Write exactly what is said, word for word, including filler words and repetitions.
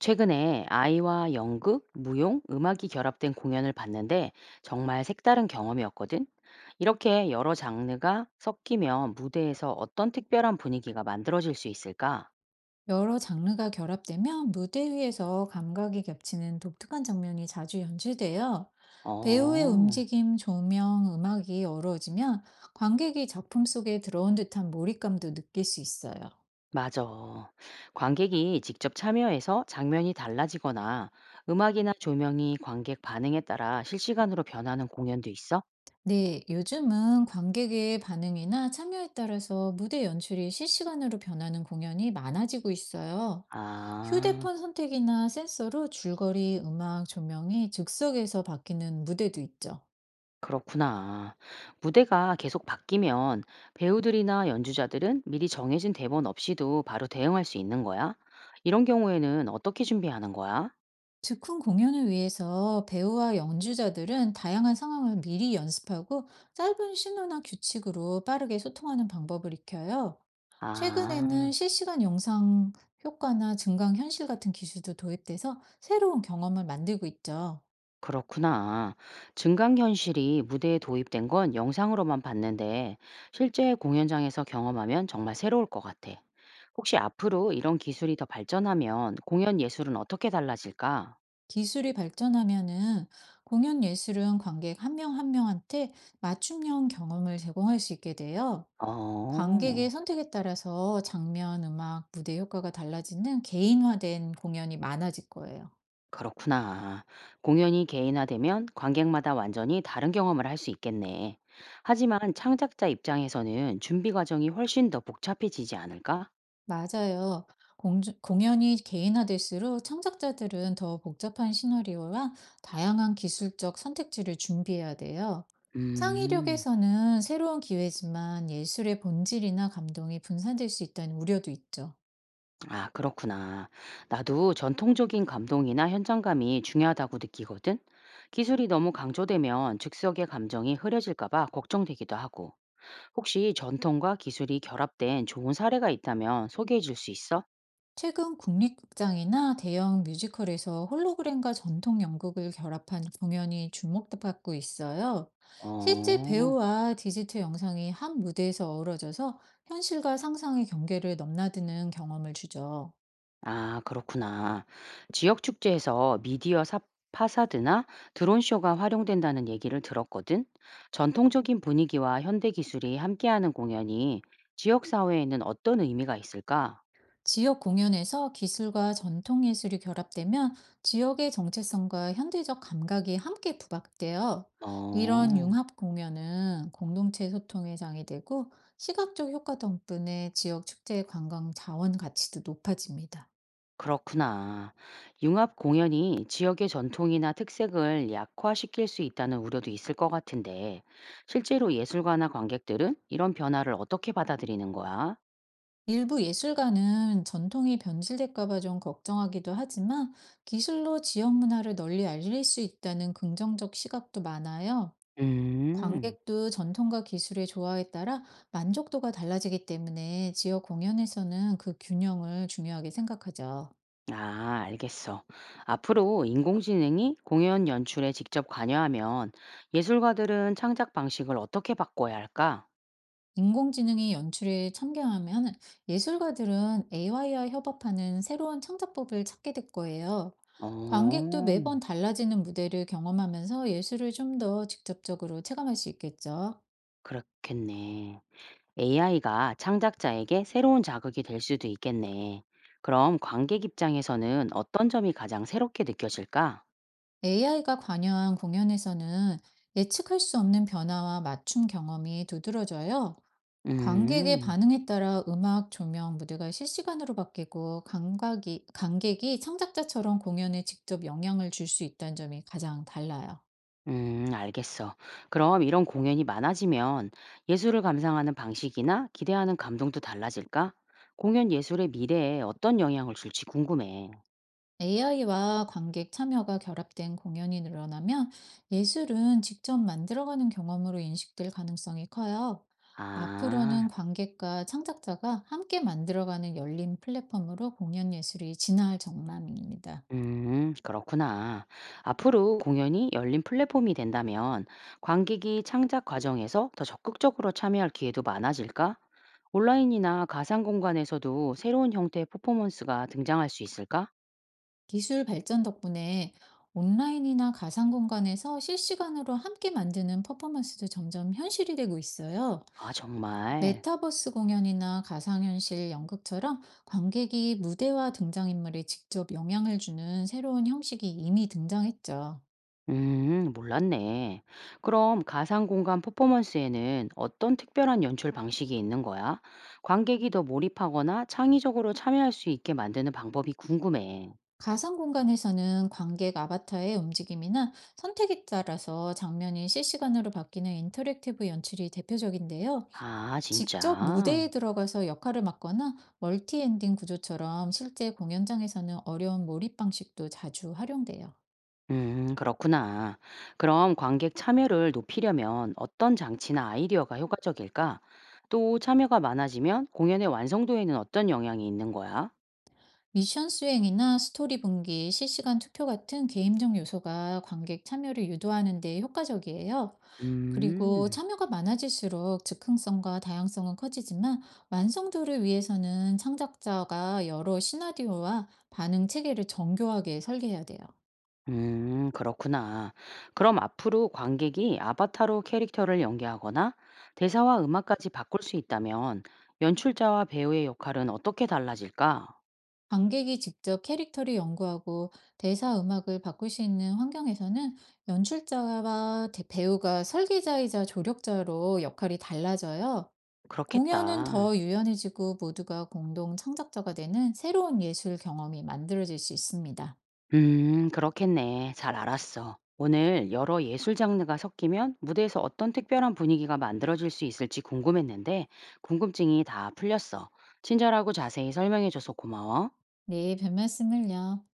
최근에 아이와 연극, 무용, 음악이 결합된 공연을 봤는데 정말 색다른 경험이었거든. 이렇게 여러 장르가 섞이면 무대에서 어떤 특별한 분위기가 만들어질 수 있을까? 여러 장르가 결합되면 무대 위에서 감각이 겹치는 독특한 장면이 자주 연출돼요. 배우의 어, 움직임, 조명, 음악이 어우러지면 관객이 작품 속에 들어온 듯한 몰입감도 느낄 수 있어요. 맞아. 관객이 직접 참여해서 장면이 달라지거나 음악이나 조명이 관객 반응에 따라 실시간으로 변하는 공연도 있어? 네, 요즘은 관객의 반응이나 참여에 따라서 무대 연출이 실시간으로 변하는 공연이 많아지고 있어요. 아. 휴대폰 선택이나 센서로 줄거리, 음악, 조명이 즉석에서 바뀌는 무대도 있죠. 그렇구나. 무대가 계속 바뀌면 배우들이나 연주자들은 미리 정해진 대본 없이도 바로 대응할 수 있는 거야? 이런 경우에는 어떻게 준비하는 거야? 즉흥 공연을 위해서 배우와 연주자들은 다양한 상황을 미리 연습하고 짧은 신호나 규칙으로 빠르게 소통하는 방법을 익혀요. 아, 최근에는 실시간 영상 효과나 증강 현실 같은 기술도 도입돼서 새로운 경험을 만들고 있죠. 그렇구나. 증강현실이 무대에 도입된 건 영상으로만 봤는데 실제 공연장에서 경험하면 정말 새로울 것 같아. 혹시 앞으로 이런 기술이 더 발전하면 공연 예술은 어떻게 달라질까? 기술이 발전하면은 공연 예술은 관객 한 명 한 명한테 맞춤형 경험을 제공할 수 있게 돼요. 관객의 어. 선택에 따라서 장면, 음악, 무대 효과가 달라지는 개인화된 공연이 많아질 거예요. 그렇구나. 공연이 개인화되면 관객마다 완전히 다른 경험을 할 수 있겠네. 하지만 창작자 입장에서는 준비 과정이 훨씬 더 복잡해지지 않을까? 맞아요. 공주- 공연이 개인화될수록 창작자들은 더 복잡한 시나리오와 다양한 기술적 선택지를 준비해야 돼요. 음, 창의력에서는 새로운 기회지만 예술의 본질이나 감동이 분산될 수 있다는 우려도 있죠. 아, 그렇구나. 나도 전통적인 감동이나 현장감이 중요하다고 느끼거든. 기술이 너무 강조되면 즉석의 감정이 흐려질까봐 걱정되기도 하고. 혹시 전통과 기술이 결합된 좋은 사례가 있다면 소개해 줄 수 있어? 최근 국립극장이나 대형 뮤지컬에서 홀로그램과 전통 연극을 결합한 공연이 주목받고 있어요. 실제 어. 배우와 디지털 영상이 한 무대에서 어우러져서 현실과 상상의 경계를 넘나드는 경험을 주죠. 아, 그렇구나. 지역 축제에서 미디어 사 파사드나 드론쇼가 활용된다는 얘기를 들었거든. 전통적인 분위기와 현대 기술이 함께하는 공연이 지역 사회에는 어떤 의미가 있을까? 지역 공연에서 기술과 전통 예술이 결합되면 지역의 정체성과 현대적 감각이 함께 부각돼요. 이런 어, 융합 공연은 공동체 소통의 장이 되고 시각적 효과 덕분에 지역 축제의 관광 자원 가치도 높아집니다. 그렇구나. 융합 공연이 지역의 전통이나 특색을 약화시킬 수 있다는 우려도 있을 것 같은데, 실제로 예술가나 관객들은 이런 변화를 어떻게 받아들이는 거야? 일부 예술가는 전통이 변질될까 봐 좀 걱정하기도 하지만 기술로 지역 문화를 널리 알릴 수 있다는 긍정적 시각도 많아요. 음. 관객도 전통과 기술의 조화에 따라 만족도가 달라지기 때문에 지역 공연에서는 그 균형을 중요하게 생각하죠. 아, 알겠어. 앞으로 인공지능이 공연 연출에 직접 관여하면 예술가들은 창작 방식을 어떻게 바꿔야 할까? 인공지능이 연출에 참여하면 예술가들은 에이아이와 협업하는 새로운 창작법을 찾게 될 거예요. 관객도 어, 매번 달라지는 무대를 경험하면서 예술을 좀 더 직접적으로 체감할 수 있겠죠. 그렇겠네. 에이아이가 창작자에게 새로운 자극이 될 수도 있겠네. 그럼 관객 입장에서는 어떤 점이 가장 새롭게 느껴질까? 에이아이가 관여한 공연에서는 예측할 수 없는 변화와 맞춤 경험이 두드러져요. 관객의 음. 반응에 따라 음악, 조명, 무대가 실시간으로 바뀌고 감각이, 관객이 창작자처럼 공연에 직접 영향을 줄 수 있다는 점이 가장 달라요. 음, 알겠어. 그럼 이런 공연이 많아지면 예술을 감상하는 방식이나 기대하는 감동도 달라질까? 공연 예술의 미래에 어떤 영향을 줄지 궁금해. 에이아이와 관객 참여가 결합된 공연이 늘어나면 예술은 직접 만들어가는 경험으로 인식될 가능성이 커요. 아, 앞으로는 관객과 창작자가 함께 만들어가는 열린 플랫폼으로 공연 예술이 진화할 전망입니다. 음, 그렇구나. 앞으로 공연이 열린 플랫폼이 된다면 관객이 창작 과정에서 더 적극적으로 참여할 기회도 많아질까? 온라인이나 가상 공간에서도 새로운 형태의 퍼포먼스가 등장할 수 있을까? 기술 발전 덕분에 온라인이나 가상 공간에서 실시간으로 함께 만드는 퍼포먼스도 점점 현실이 되고 있어요. 아, 정말. 메타버스 공연이나 가상현실 연극처럼 관객이 무대와 등장인물에 직접 영향을 주는 새로운 형식이 이미 등장했죠. 음, 몰랐네. 그럼 가상 공간 퍼포먼스에는 어떤 특별한 연출 방식이 있는 거야? 관객이 더 몰입하거나 창의적으로 참여할 수 있게 만드는 방법이 궁금해. 가상 공간에서는 관객 아바타의 움직임이나 선택에 따라서 장면이 실시간으로 바뀌는 인터랙티브 연출이 대표적인데요. 아, 직접 진짜? 무대에 들어가서 역할을 맡거나 멀티엔딩 구조처럼 실제 공연장에서는 어려운 몰입 방식도 자주 활용돼요. 음, 그렇구나. 그럼 관객 참여를 높이려면 어떤 장치나 아이디어가 효과적일까? 또 참여가 많아지면 공연의 완성도에는 어떤 영향이 있는 거야? 미션 수행이나 스토리 분기, 실시간 투표 같은 게임적 요소가 관객 참여를 유도하는 데 효과적이에요. 그리고 음. 참여가 많아질수록 즉흥성과 다양성은 커지지만 완성도를 위해서는 창작자가 여러 시나리오와 반응 체계를 정교하게 설계해야 돼요. 음, 그렇구나. 그럼 앞으로 관객이 아바타로 캐릭터를 연기하거나 대사와 음악까지 바꿀 수 있다면 연출자와 배우의 역할은 어떻게 달라질까? 관객이 직접 캐릭터를 연구하고 대사 음악을 바꿀 수 있는 환경에서는 연출자와 대- 배우가 설계자이자 조력자로 역할이 달라져요. 공연은 그렇겠다. 더 유연해지고 모두가 공동 창작자가 되는 새로운 예술 경험이 만들어질 수 있습니다. 음, 그렇겠네. 잘 알았어. 오늘 여러 예술 장르가 섞이면 무대에서 어떤 특별한 분위기가 만들어질 수 있을지 궁금했는데 궁금증이 다 풀렸어. 친절하고 자세히 설명해줘서 고마워. 네, 별 말씀을요.